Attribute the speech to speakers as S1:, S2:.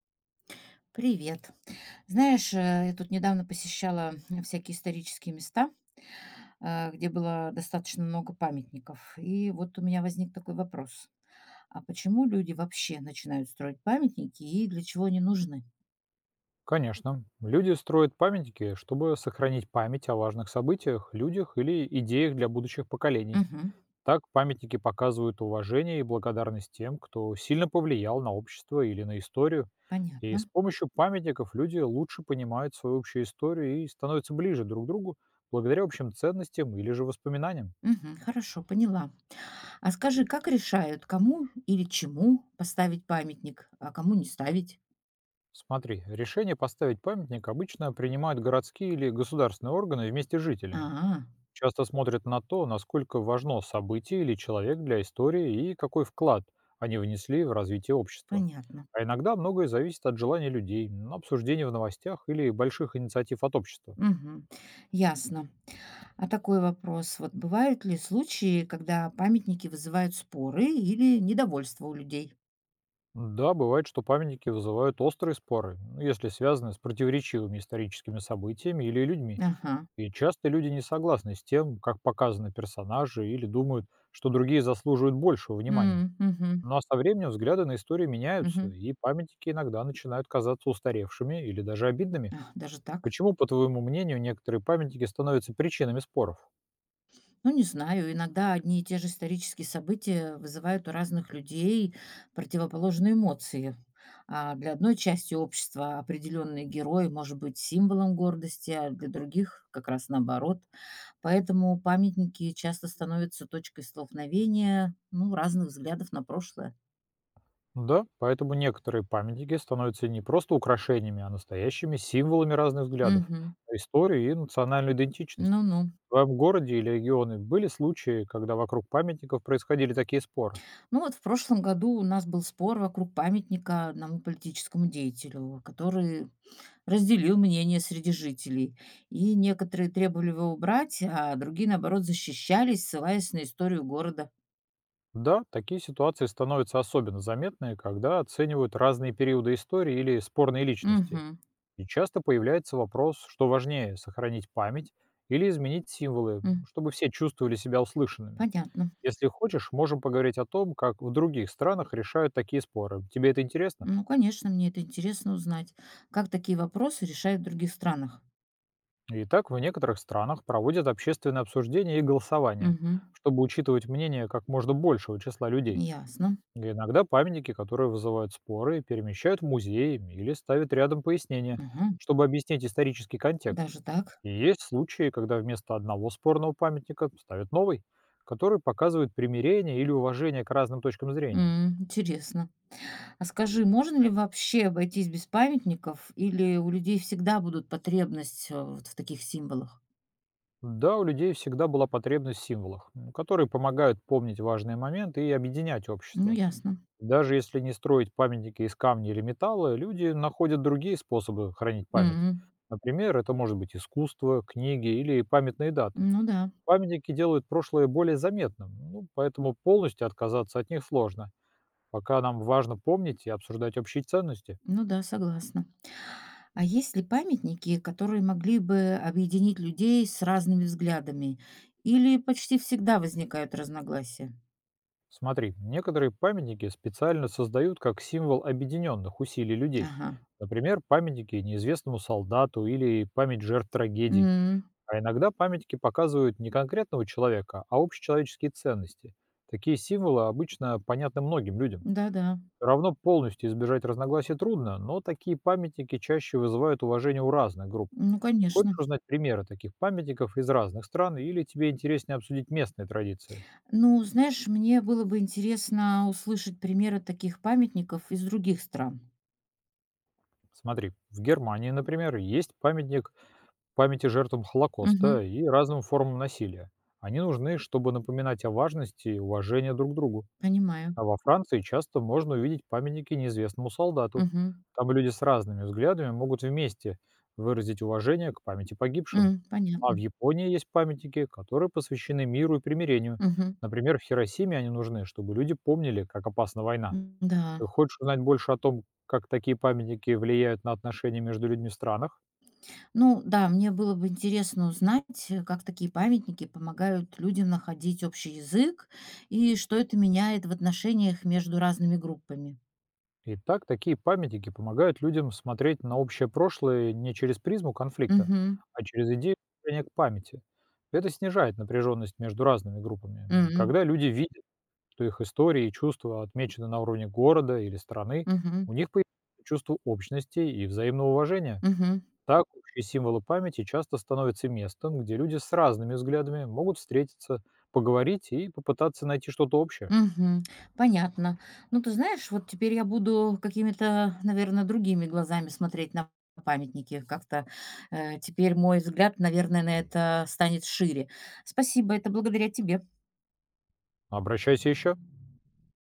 S1: Привет. Знаешь, я тут недавно посещала всякие исторические места, где было достаточно много памятников. И вот у меня возник такой вопрос. А почему люди вообще начинают строить памятники и для чего они нужны?
S2: Конечно. Люди строят памятники, чтобы сохранить память о важных событиях, людях или идеях для будущих поколений.
S1: Мгм.
S2: Так памятники показывают уважение и благодарность тем, кто сильно повлиял на общество или на историю. И с
S1: Понятно.
S2: помощью памятников люди лучше понимают свою общую историю и становятся ближе друг к другу благодаря общим ценностям или же воспоминаниям.
S1: Мгм. Хорошо, поняла. А скажи, как решают, кому или чему поставить памятник, а кому не ставить?
S2: Смотри, решение поставить памятник обычно принимают городские или государственные органы вместе с жителями.
S1: А,
S2: Часто смотрят на то, насколько важно событие или человек для истории и какой вклад они внесли в развитие общества.
S1: понятно.
S2: А иногда многое зависит от желания людей, обсуждений в новостях или больших инициатив от общества.
S1: Мгм. Ясно. А такой вопрос. Вот бывают ли случаи, когда памятники вызывают споры или недовольство у людей?
S2: Да, бывает, что памятники вызывают острые споры, ну, если связаны с противоречивыми историческими событиями или людьми.
S1: Ага.
S2: И часто люди не согласны с тем, как показаны персонажи, или думают, что другие заслуживают большего внимания.
S1: М, мгм,
S2: Но со временем взгляды на историю меняются,
S1: мгм.
S2: и памятники иногда начинают казаться устаревшими или даже обидными.
S1: А, даже так?
S2: Почему, по твоему мнению, некоторые памятники становятся причинами споров?
S1: Ну, не знаю. Иногда одни и те же исторические события вызывают у разных людей противоположные эмоции. А для одной части общества определенный герой может быть символом гордости, а для других как раз наоборот. Поэтому памятники часто становятся точкой столкновения, ну, разных взглядов на прошлое.
S2: Ну да, поэтому некоторые памятники становятся не просто украшениями, а настоящими символами разных взглядов
S1: Мгм.
S2: на историю и национальную идентичность.
S1: Ну-ну.
S2: В твоем городе или регионе были случаи, когда вокруг памятников происходили такие споры?
S1: Ну вот в прошлом году у нас был спор вокруг памятника одному политическому деятелю, который разделил мнение среди жителей. И некоторые требовали его убрать, а другие, наоборот, защищались, ссылаясь на историю города.
S2: Да, такие ситуации становятся особенно заметны, когда оценивают разные периоды истории или спорные личности.
S1: Мгм.
S2: И часто появляется вопрос, что важнее — сохранить память или изменить символы, чтобы все чувствовали себя услышанными.
S1: Понятно.
S2: Если хочешь, можем поговорить о том, как в других странах решают такие споры. Тебе это интересно?
S1: Ну, конечно, мне это интересно узнать, как такие вопросы решают в других странах.
S2: Итак, в некоторых странах проводят общественное обсуждение и голосование,
S1: Мгм.
S2: чтобы учитывать мнение как можно большего числа людей.
S1: Ясно.
S2: И иногда памятники, которые вызывают споры, перемещают в музеи или ставят рядом пояснения,
S1: Мгм.
S2: чтобы объяснить исторический контекст.
S1: Даже так.
S2: И есть случаи, когда вместо одного спорного памятника ставят новый, который показывает примирение или уважение к разным точкам зрения.
S1: М, интересно. А скажи, можно ли вообще обойтись без памятников, или у людей всегда будут потребность, вот в таких символах?
S2: Да, у людей всегда была потребность в символах, которые помогают помнить важные моменты и объединять
S1: Ну,
S2: общество.
S1: ясно.
S2: Даже если не строить памятники из камня или металла, люди находят другие способы хранить память.
S1: Мгм.
S2: Например, это может быть искусство, книги или памятные даты.
S1: Ну да,
S2: Памятники делают прошлое более заметным, ну, поэтому полностью отказаться от них сложно. Пока нам важно помнить и обсуждать общие ценности.
S1: ну да, согласна. А есть ли памятники, которые могли бы объединить людей с разными взглядами? Или почти всегда возникают разногласия?
S2: Смотри, некоторые памятники специально создают как символ объединенных усилий людей.
S1: Ага.
S2: Например, памятники неизвестному солдату или память жертв трагедий.
S1: М,
S2: А иногда памятники показывают не конкретного человека, а общечеловеческие ценности. Такие символы обычно понятны многим людям.
S1: да-да.
S2: Все равно полностью избежать разногласий трудно, но такие памятники чаще вызывают уважение у разных групп.
S1: Ну,
S2: Хочешь
S1: конечно.
S2: узнать примеры таких памятников из разных стран или тебе интереснее обсудить местные традиции?
S1: Ну, знаешь, мне было бы интересно услышать примеры таких памятников из других стран.
S2: Смотри, в Германии, например, есть памятник памяти жертвам Холокоста
S1: Угу,
S2: и разным формам насилия. Они нужны, чтобы напоминать о важности и уважении друг к другу.
S1: понимаю.
S2: А во Франции часто можно увидеть памятники неизвестному солдату.
S1: Мгм.
S2: Там люди с разными взглядами могут вместе выразить уважение к памяти погибшим.
S1: М,
S2: А в
S1: понятно.
S2: Японии есть памятники, которые посвящены миру и примирению.
S1: Мгм.
S2: Например, в Хиросиме они нужны, чтобы люди помнили, как опасна война.
S1: М-да.
S2: Ты хочешь узнать больше о том, как такие памятники влияют на отношения между людьми в странах?
S1: Ну да, мне было бы интересно узнать, как такие памятники помогают людям находить общий язык и что это меняет в отношениях между разными группами.
S2: Итак, такие памятники помогают людям смотреть на общее прошлое не через призму конфликта,
S1: Мгм.
S2: а через идею отношения к памяти. Это снижает напряженность между разными группами. И
S1: М.
S2: когда люди видят, что их истории и чувства отмечены на уровне города или страны,
S1: Мгм.
S2: у них появляется чувство общности и взаимного уважения.
S1: Мгм.
S2: Так, общие символы памяти часто становятся местом, где люди с разными взглядами могут встретиться, поговорить и попытаться найти что-то общее.
S1: Мгм. Понятно. Ну, ты знаешь, вот теперь я буду какими-то, наверное, другими глазами смотреть на памятники. Как-то, теперь мой взгляд, наверное, на это станет шире. Спасибо, это благодаря тебе.
S2: Обращайся еще.